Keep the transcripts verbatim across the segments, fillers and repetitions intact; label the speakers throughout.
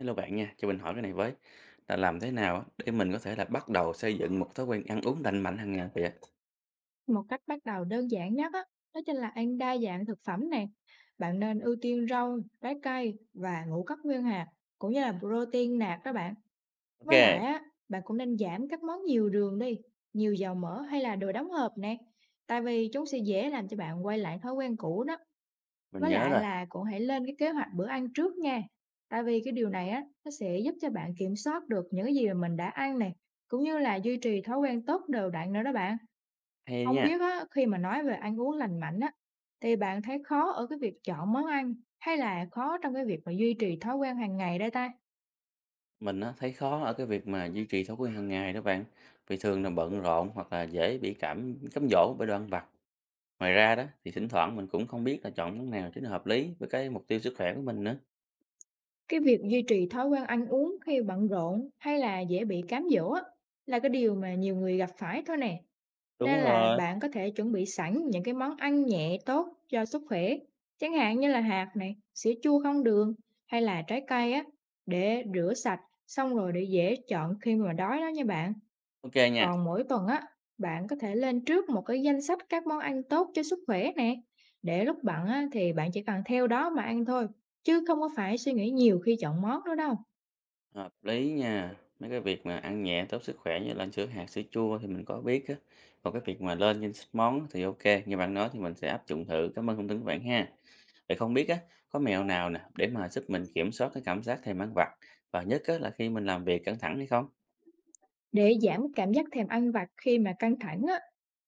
Speaker 1: Hello bạn nha, cho mình hỏi cái này với là làm thế nào á để mình có thể là bắt đầu xây dựng một thói quen ăn uống lành mạnh hàng ngày vậy ạ?
Speaker 2: Một cách bắt đầu đơn giản nhất á, đó chính là ăn đa dạng thực phẩm nè. Bạn nên ưu tiên rau, trái cây và ngũ cốc nguyên hạt, cũng như là protein nạc các bạn.
Speaker 1: Ok,
Speaker 2: Với lại á, bạn cũng nên giảm các món nhiều đường đi, nhiều dầu mỡ hay là đồ đóng hộp nè. Tại vì chúng sẽ dễ làm cho bạn quay lại thói quen cũ đó.
Speaker 1: mình
Speaker 2: Với
Speaker 1: nhớ
Speaker 2: lại
Speaker 1: rồi,
Speaker 2: là cũng hãy lên cái kế hoạch bữa ăn trước nha. Tại vì cái điều này á, nó sẽ giúp cho bạn kiểm soát được những cái gì mà mình đã ăn nè, cũng như là duy trì thói quen tốt đều đặn nữa đó bạn.
Speaker 1: hay
Speaker 2: Không
Speaker 1: nha.
Speaker 2: biết á, khi mà nói về ăn uống lành mạnh á, thì bạn thấy khó ở cái việc chọn món ăn hay là khó trong cái việc mà duy trì thói quen hàng ngày đây ta?
Speaker 1: Mình á, thấy khó ở cái việc mà duy trì thói quen hàng ngày đó bạn, vì thường là bận rộn hoặc là dễ bị cảm cám dỗ bởi đồ ăn vặt. Ngoài ra đó thì thỉnh thoảng mình cũng không biết là chọn món nào cho nó hợp lý với cái mục tiêu sức khỏe của mình nữa.
Speaker 2: Cái việc duy trì thói quen ăn uống khi bận rộn hay là dễ bị cám dỗ á, là cái điều mà nhiều người gặp phải thôi nè. Nên
Speaker 1: Đúng
Speaker 2: là
Speaker 1: rồi.
Speaker 2: bạn có thể chuẩn bị sẵn những cái món ăn nhẹ tốt cho sức khỏe, chẳng hạn như là hạt này, sữa chua không đường hay là trái cây á, để rửa sạch xong rồi để dễ chọn khi mà đói đó nha bạn.
Speaker 1: Ok nha.
Speaker 2: Còn mỗi tuần á, bạn có thể lên trước một cái danh sách các món ăn tốt cho sức khỏe nè. Để lúc bận á, thì bạn chỉ cần theo đó mà ăn thôi, chứ không có phải suy nghĩ nhiều khi chọn món nữa đâu.
Speaker 1: Hợp lý nha. Mấy cái việc mà ăn nhẹ tốt sức khỏe như là ăn sữa hạt, sữa chua thì mình có biết á. Còn cái việc mà lên danh sách món thì ok, như bạn nói thì mình sẽ áp dụng thử. Cảm ơn thông tin của bạn ha. Vậy không biết á, có mẹo nào nè để mà giúp mình kiểm soát cái cảm giác thèm ăn vặt và nhất á, là khi mình làm việc căng thẳng hay không?
Speaker 2: Để giảm cảm giác thèm ăn vặt khi mà căng thẳng á,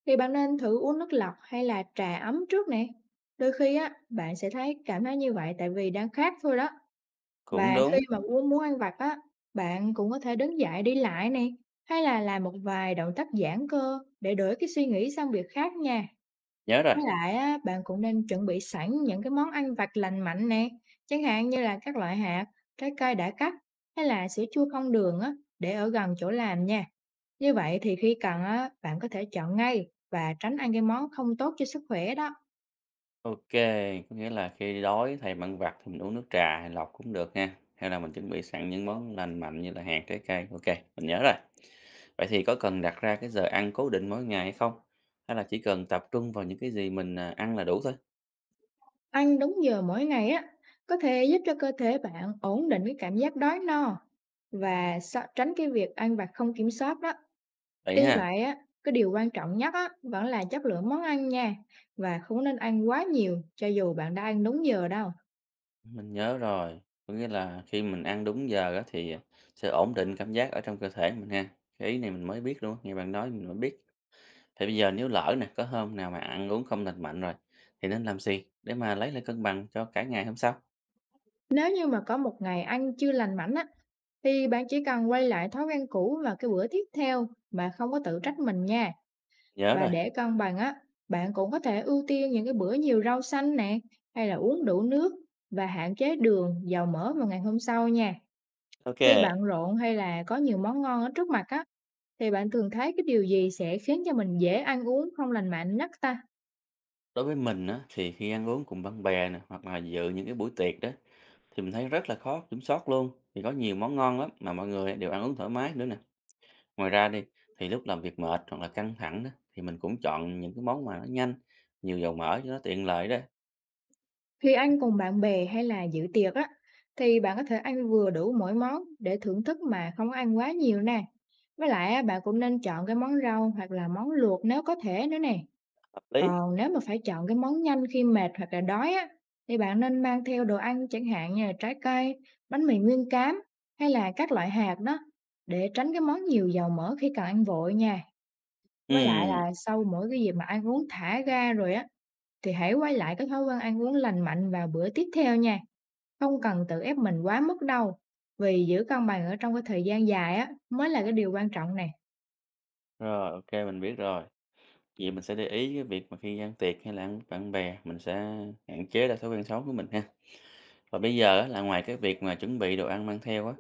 Speaker 2: thì bạn nên thử uống nước lọc hay là trà ấm trước nè. Đôi khi á, bạn sẽ thấy cảm thấy như vậy tại vì đang khát thôi đó.
Speaker 1: Cũng
Speaker 2: Và khi
Speaker 1: đúng,
Speaker 2: mà muốn muốn ăn vặt á, bạn cũng có thể đứng dậy đi lại nè, hay là làm một vài động tác giãn cơ để đổi cái suy nghĩ sang việc khác nha.
Speaker 1: nhớ rồi.
Speaker 2: Với lại á, bạn cũng nên chuẩn bị sẵn những cái món ăn vặt lành mạnh nè, chẳng hạn như là các loại hạt, trái cây đã cắt hay là sữa chua không đường á, để ở gần chỗ làm nha. Như vậy thì khi cần á, bạn có thể chọn ngay và tránh ăn cái món không tốt cho sức khỏe đó.
Speaker 1: Ok, có nghĩa là khi đói thèm ăn vặt thì mình uống nước trà hay lọc cũng được ha. Hay là mình chuẩn bị sẵn những món lành mạnh như là hạt, trái cây. Ok, mình nhớ rồi. Vậy thì có cần đặt ra cái giờ ăn cố định mỗi ngày hay không? Hay là chỉ cần tập trung vào những cái gì mình, à, ăn là đủ thôi?
Speaker 2: Ăn đúng giờ mỗi ngày á, có thể giúp cho cơ thể bạn ổn định cái cảm giác đói no và sợ- tránh cái việc ăn vặt không kiểm soát đó.
Speaker 1: Vậy
Speaker 2: Tuy
Speaker 1: ha,
Speaker 2: vậy á, cái điều quan trọng nhất á, vẫn là chất lượng món ăn nha và không nên ăn quá nhiều cho dù bạn đã ăn đúng giờ đâu.
Speaker 1: mình nhớ rồi, có nghĩa là khi mình ăn đúng giờ á thì, à, sẽ ổn định cảm giác ở trong cơ thể mình ha. Cái ý này mình mới biết luôn á, nghe bạn nói mình mới biết. Thì bây giờ nếu lỡ nè, có hôm nào mà ăn uống không lành mạnh rồi, thì nên làm gì để mà lấy lại cân bằng cho cả ngày hôm sau?
Speaker 2: Nếu như mà có một ngày ăn chưa lành mạnh á, thì bạn chỉ cần quay lại thói quen cũ vào cái bữa tiếp theo mà không có tự trách mình nha.
Speaker 1: Nhớ
Speaker 2: Và
Speaker 1: rồi,
Speaker 2: để cân bằng á, bạn cũng có thể ưu tiên những cái bữa nhiều rau xanh nè hay là uống đủ nước và hạn chế đường, dầu mỡ vào ngày hôm sau nha.
Speaker 1: ok.
Speaker 2: Khi bận rộn hay là có nhiều món ngon ở trước mặt á, thì bạn thường thấy cái điều gì sẽ khiến cho mình dễ ăn uống không lành mạnh nhất ta?
Speaker 1: Đối với mình á, thì khi ăn uống cùng bạn bè nè, hoặc là dự những cái buổi tiệc đó, thì mình thấy rất là khó kiểm soát luôn vì có nhiều món ngon lắm mà mọi người đều ăn uống thoải mái nữa nè, ngoài ra đi thì lúc làm việc mệt hoặc là căng thẳng đó thì mình cũng chọn những cái món mà nó nhanh, nhiều dầu mỡ cho nó tiện lợi đó.
Speaker 2: Khi ăn cùng bạn bè hay là dự tiệc á, thì bạn có thể ăn vừa đủ mỗi món để thưởng thức mà không có ăn quá nhiều nè. Với lại á, bạn cũng nên chọn cái món rau hoặc là món luộc nếu có thể nữa nè.
Speaker 1: Hợp lý.
Speaker 2: Còn nếu mà phải chọn cái món nhanh khi mệt hoặc là đói á, thì bạn nên mang theo đồ ăn chẳng hạn như là trái cây, bánh mì nguyên cám hay là các loại hạt đó để tránh cái món nhiều dầu mỡ khi cần ăn vội nha. Với lại
Speaker 1: Ừ,
Speaker 2: là sau mỗi cái dịp mà ăn uống thả ga rồi á, thì hãy quay lại cái thói quen ăn uống lành mạnh vào bữa tiếp theo nha. Không cần tự ép mình quá mức đâu. Vì giữ cân bằng ở trong cái thời gian dài á, mới là cái điều quan trọng nè.
Speaker 1: rồi ok mình biết rồi. Vậy mình sẽ để ý cái việc mà khi ăn tiệc hay là ăn với bạn bè, mình sẽ hạn chế ra thói quen xấu của mình ha. Và bây giờ á, là ngoài cái việc mà chuẩn bị đồ ăn mang theo á,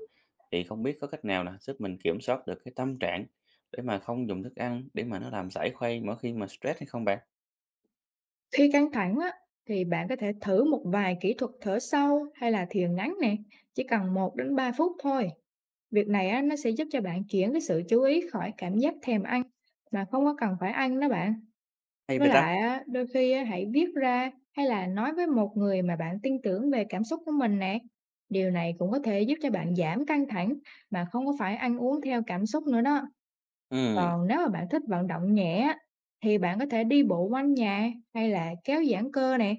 Speaker 1: thì không biết có cách nào là giúp mình kiểm soát được cái tâm trạng để mà không dùng thức ăn để mà nó làm giải khuây mỗi khi mà stress hay không bạn?
Speaker 2: Khi căng thẳng á, thì bạn có thể thử một vài kỹ thuật thở sâu hay là thiền ngắn nè, chỉ cần một đến ba phút thôi. Việc này á, nó sẽ giúp cho bạn chuyển cái sự chú ý khỏi cảm giác thèm ăn mà không có cần phải ăn đó bạn.
Speaker 1: Hay
Speaker 2: Với
Speaker 1: vậy ta?
Speaker 2: lại á, đôi khi á, hãy viết ra hay là nói với một người mà bạn tin tưởng về cảm xúc của mình nè. Điều này cũng có thể giúp cho bạn giảm căng thẳng mà không có phải ăn uống theo cảm xúc nữa đó.
Speaker 1: Ừ,
Speaker 2: Còn nếu mà bạn thích vận động nhẹ á, thì bạn có thể đi bộ quanh nhà hay là kéo giãn cơ nè.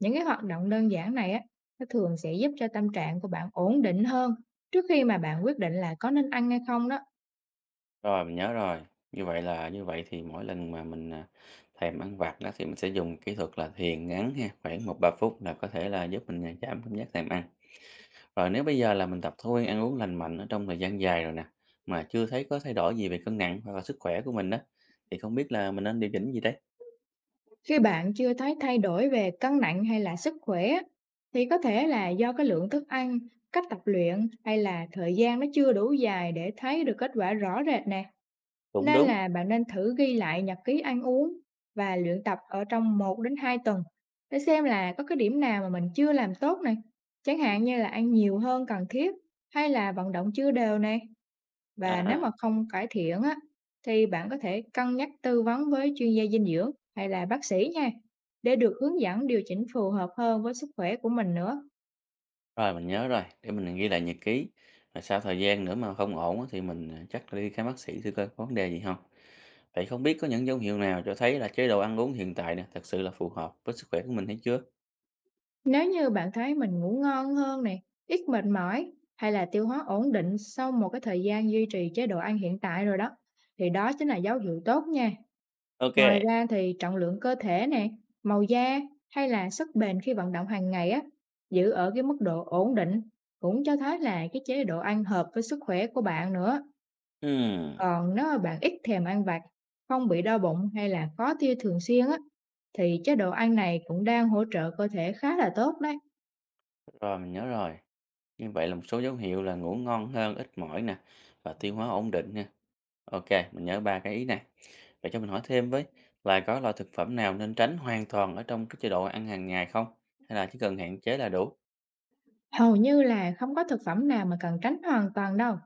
Speaker 2: Những cái hoạt động đơn giản này á, nó thường sẽ giúp cho tâm trạng của bạn ổn định hơn trước khi mà bạn quyết định là có nên ăn hay không đó.
Speaker 1: rồi mình nhớ rồi. Như vậy là như vậy thì mỗi lần mà mình à, thèm ăn vặt đó thì mình sẽ dùng kỹ thuật là thiền ngắn ha, khoảng một ba phút là có thể là giúp mình à, giảm cảm giác thèm ăn. Rồi nếu bây giờ là mình tập thói quen ăn uống lành mạnh ở trong thời gian dài rồi nè, mà chưa thấy có thay đổi gì về cân nặng hoặc là sức khỏe của mình đó, thì không biết là mình nên điều chỉnh gì đấy?
Speaker 2: Khi bạn chưa thấy thay đổi về cân nặng hay là sức khỏe á, thì có thể là do cái lượng thức ăn, cách tập luyện hay là thời gian nó chưa đủ dài để thấy được kết quả rõ rệt nè.
Speaker 1: Cũng
Speaker 2: Nên
Speaker 1: đúng.
Speaker 2: là bạn nên thử ghi lại nhật ký ăn uống và luyện tập ở trong một đến hai tuần để xem là có cái điểm nào mà mình chưa làm tốt này. Chẳng hạn như là ăn nhiều hơn cần thiết hay là vận động chưa đều này. Và nếu
Speaker 1: À,
Speaker 2: mà không cải thiện á, thì bạn có thể cân nhắc tư vấn với chuyên gia dinh dưỡng hay là bác sĩ nha, để được hướng dẫn điều chỉnh phù hợp hơn với sức khỏe của mình nữa.
Speaker 1: rồi mình nhớ rồi, để mình ghi lại nhật ký. Rồi sau thời gian nữa mà không ổn á, thì mình à, chắc là đi khám bác sĩ thử coi có vấn đề gì không. Vậy không biết có những dấu hiệu nào cho thấy là chế độ ăn uống hiện tại nè, thật sự là phù hợp với sức khỏe của mình hay chưa?
Speaker 2: Nếu như bạn thấy mình ngủ ngon hơn nè, ít mệt mỏi hay là tiêu hóa ổn định sau một cái thời gian duy trì chế độ ăn hiện tại rồi đó, thì đó chính là dấu hiệu tốt nha.
Speaker 1: Ok.
Speaker 2: Ngoài ra thì trọng lượng cơ thể nè, màu da hay là sức bền khi vận động hàng ngày á, giữ ở cái mức độ ổn định cũng cho thấy là cái chế độ ăn hợp với sức khỏe của bạn nữa.
Speaker 1: Ừm.
Speaker 2: Còn nếu mà bạn ít thèm ăn vặt, không bị đau bụng hay là khó tiêu thường xuyên á, thì chế độ ăn này cũng đang hỗ trợ cơ thể khá là tốt đấy.
Speaker 1: Rồi mình nhớ rồi. Như vậy là một số dấu hiệu là ngủ ngon hơn, ít mỏi nè và tiêu hóa ổn định nha. OK, mình nhớ ba cái ý này. Vậy cho mình hỏi thêm với là có loại thực phẩm nào nên tránh hoàn toàn ở trong cái chế độ ăn hàng ngày không? Hay là chỉ cần hạn chế là đủ?
Speaker 2: Hầu như là không có thực phẩm nào mà cần tránh hoàn toàn đâu,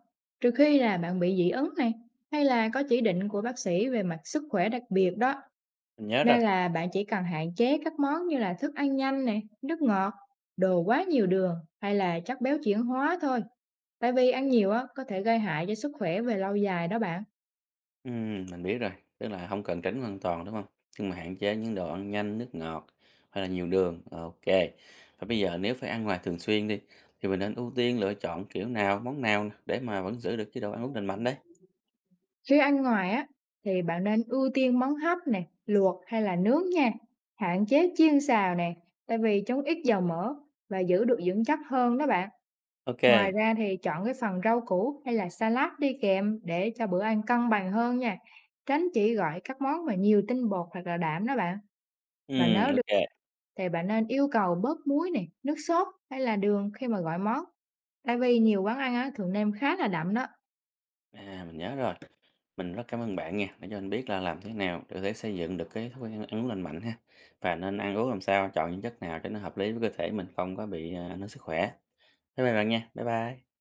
Speaker 2: trừ khi là bạn bị dị ứng này, hay là có chỉ định của bác sĩ về mặt sức khỏe đặc biệt đó.
Speaker 1: Mình nhớ rồi.
Speaker 2: Nên là bạn chỉ cần hạn chế các món như là thức ăn nhanh này, nước ngọt, đồ quá nhiều đường hay là chất béo chuyển hóa thôi. Tại vì ăn nhiều á có thể gây hại cho sức khỏe về lâu dài đó bạn.
Speaker 1: Ừm, mình biết rồi. Tức là không cần tránh hoàn toàn đúng không? Nhưng mà hạn chế những đồ ăn nhanh, nước ngọt hay là nhiều đường. OK. Và bây giờ nếu phải ăn ngoài thường xuyên đi thì mình nên ưu tiên lựa chọn kiểu nào, món nào để mà vẫn giữ được chế độ ăn uống lành mạnh đấy.
Speaker 2: Khi ăn ngoài á, thì bạn nên ưu tiên món hấp nè, luộc hay là nướng nha. Hạn chế chiên xào nè, tại vì chống ít dầu mỡ và giữ được dưỡng chất hơn đó bạn. Ngoài
Speaker 1: OK.
Speaker 2: ra thì chọn cái phần rau củ hay là salad đi kèm để cho bữa ăn cân bằng hơn nha. Tránh chỉ gọi các món mà nhiều tinh bột hoặc là đạm đó bạn. Và nếu
Speaker 1: Ừm,
Speaker 2: được
Speaker 1: OK.
Speaker 2: thì bạn nên yêu cầu bớt muối này, nước sốt hay là đường khi mà gọi món. Tại vì nhiều quán ăn á, thường nêm khá là đậm đó.
Speaker 1: À, mình nhớ rồi. Mình rất cảm ơn bạn nha, đã cho anh biết là làm thế nào để có thể xây dựng được cái thói quen ăn uống lành mạnh ha. Và nên ăn uống làm sao, chọn những chất nào để nó hợp lý với cơ thể mình không có bị à, ảnh hưởng sức khỏe. Bye bye bạn nha. Bye bye.